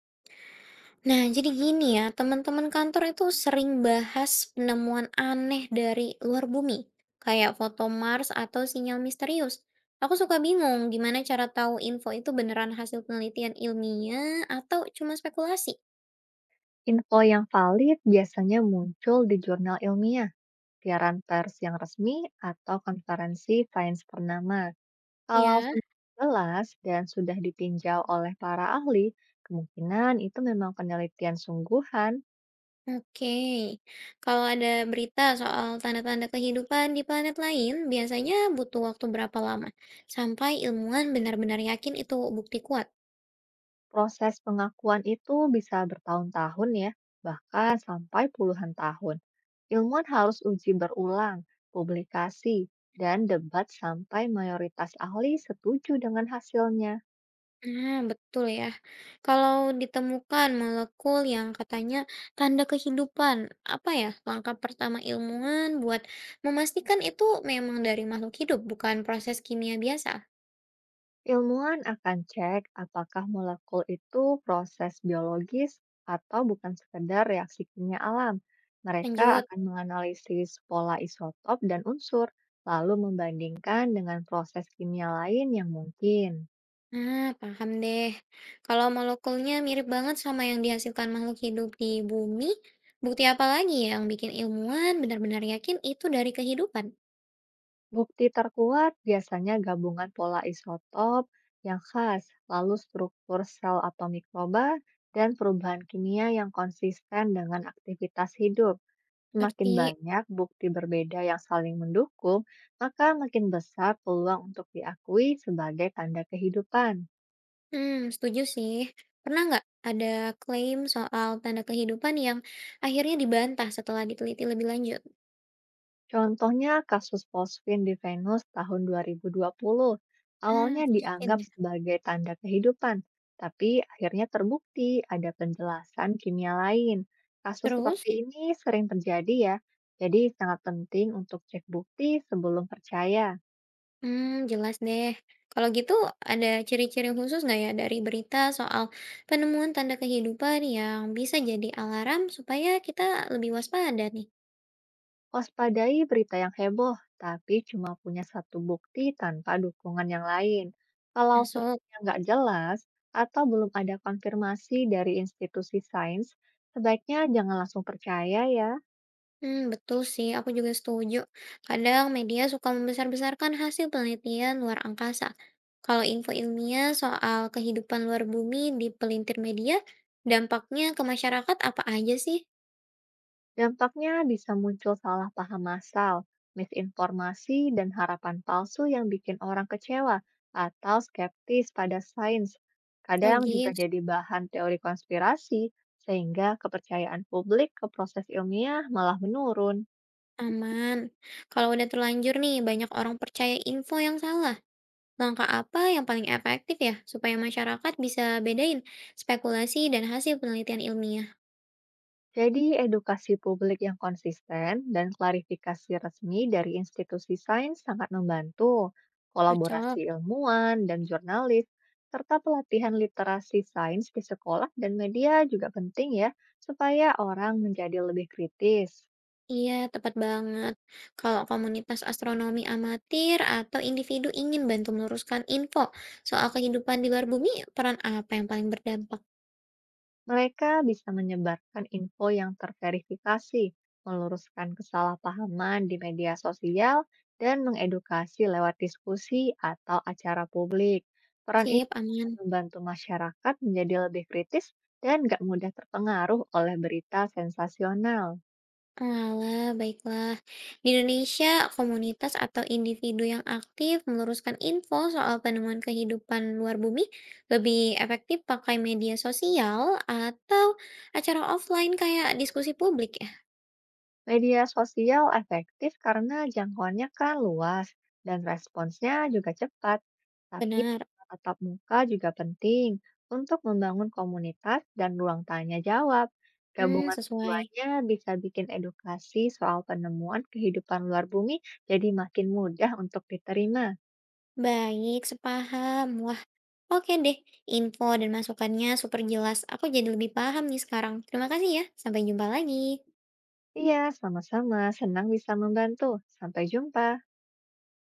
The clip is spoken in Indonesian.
Nah, jadi gini ya, teman-teman kantor itu sering bahas penemuan aneh dari luar bumi, kayak foto Mars atau sinyal misterius. Aku suka bingung gimana cara tahu info itu beneran hasil penelitian ilmiah atau cuma spekulasi. Info yang valid biasanya muncul di jurnal ilmiah, siaran pers yang resmi, atau konferensi sains bernama. Kalau Ya, sudah jelas dan sudah ditinjau oleh para ahli, kemungkinan itu memang penelitian sungguhan. oke. Kalau ada berita soal tanda-tanda kehidupan di planet lain, biasanya butuh waktu berapa lama sampai ilmuwan benar-benar yakin itu bukti kuat? Proses pengakuan itu bisa bertahun-tahun ya, bahkan sampai puluhan tahun. Ilmuwan harus uji berulang, publikasi, dan debat sampai mayoritas ahli setuju dengan hasilnya. Nah, betul ya. Kalau ditemukan molekul yang katanya tanda kehidupan, apa ya langkah pertama ilmuwan buat memastikan itu memang dari makhluk hidup, bukan proses kimia biasa? Ilmuwan akan cek apakah molekul itu proses biologis atau bukan sekedar reaksi kimia alam. Mereka Lanjut. akan menganalisis pola isotop dan unsur, lalu membandingkan dengan proses kimia lain yang mungkin. Nah, paham deh. Kalau molekulnya mirip banget sama yang dihasilkan makhluk hidup di bumi, bukti apa lagi yang bikin ilmuwan benar-benar yakin itu dari kehidupan? Bukti terkuat biasanya gabungan pola isotop yang khas, lalu struktur sel atau mikroba, dan perubahan kimia yang konsisten dengan aktivitas hidup. Semakin Ngerti? banyak bukti berbeda yang saling mendukung, maka makin besar peluang untuk diakui sebagai tanda kehidupan. Hmm, setuju sih. Pernah nggak ada klaim soal tanda kehidupan yang akhirnya dibantah setelah diteliti lebih lanjut? Contohnya kasus fosfin di Venus tahun 2020. Ah, Awalnya masukin dianggap deh. sebagai tanda kehidupan, tapi akhirnya terbukti ada penjelasan kimia lain. Kasus Terus, seperti ini sering terjadi ya, jadi sangat penting untuk cek bukti sebelum percaya. hmm, jelas deh. Kalau gitu, ada ciri-ciri khusus nggak ya dari berita soal penemuan tanda kehidupan yang bisa jadi alarm supaya kita lebih waspada nih? Waspadai berita yang heboh, tapi cuma punya satu bukti tanpa dukungan yang lain. Kalau Masuk. sumbernya nggak jelas atau belum ada konfirmasi dari institusi sains, sebaiknya jangan langsung percaya ya. Hmm, betul sih, aku juga setuju. Kadang media suka membesar-besarkan hasil penelitian luar angkasa. Kalau info ilmiah soal kehidupan luar bumi dipelintir media, dampaknya ke masyarakat apa aja sih? Dampaknya bisa muncul salah paham massal, misinformasi, dan harapan palsu yang bikin orang kecewa atau skeptis pada sains. Kadang juga Logis, jadi bahan teori konspirasi, sehingga kepercayaan publik ke proses ilmiah malah menurun. aman. Kalau udah terlanjur nih, banyak orang percaya info yang salah. Langkah apa yang paling efektif ya, supaya masyarakat bisa bedain spekulasi dan hasil penelitian ilmiah? Jadi, edukasi publik yang konsisten dan klarifikasi resmi dari institusi sains sangat membantu kolaborasi Cocok. ilmuwan dan jurnalis, serta pelatihan literasi sains di sekolah dan media juga penting ya, supaya orang menjadi lebih kritis. Iya, tepat banget. Kalau komunitas astronomi amatir atau individu ingin bantu meluruskan info soal kehidupan di luar bumi, peran apa yang paling berdampak? Mereka bisa menyebarkan info yang terverifikasi, meluruskan kesalahpahaman di media sosial, dan mengedukasi lewat diskusi atau acara publik. Peran ini Sip, akan aman. membantu masyarakat menjadi lebih kritis dan gak mudah terpengaruh oleh berita sensasional. Walah, baiklah. Di Indonesia, komunitas atau individu yang aktif meluruskan info soal penemuan kehidupan luar bumi lebih efektif pakai media sosial atau acara offline kayak diskusi publik ya. Media sosial efektif karena jangkauannya kan luas dan responsnya juga cepat. Tapi Benar. tatap muka juga penting untuk membangun komunitas dan ruang tanya jawab. Hmm, Gabungan sesuai. keduanya bisa bikin edukasi soal penemuan kehidupan luar bumi jadi makin mudah untuk diterima. Baik, sepaham. Wah, oke deh. Info dan masukannya super jelas. Aku jadi lebih paham nih sekarang. Terima kasih ya. Sampai jumpa lagi. Iya, sama-sama. Senang bisa membantu. Sampai jumpa.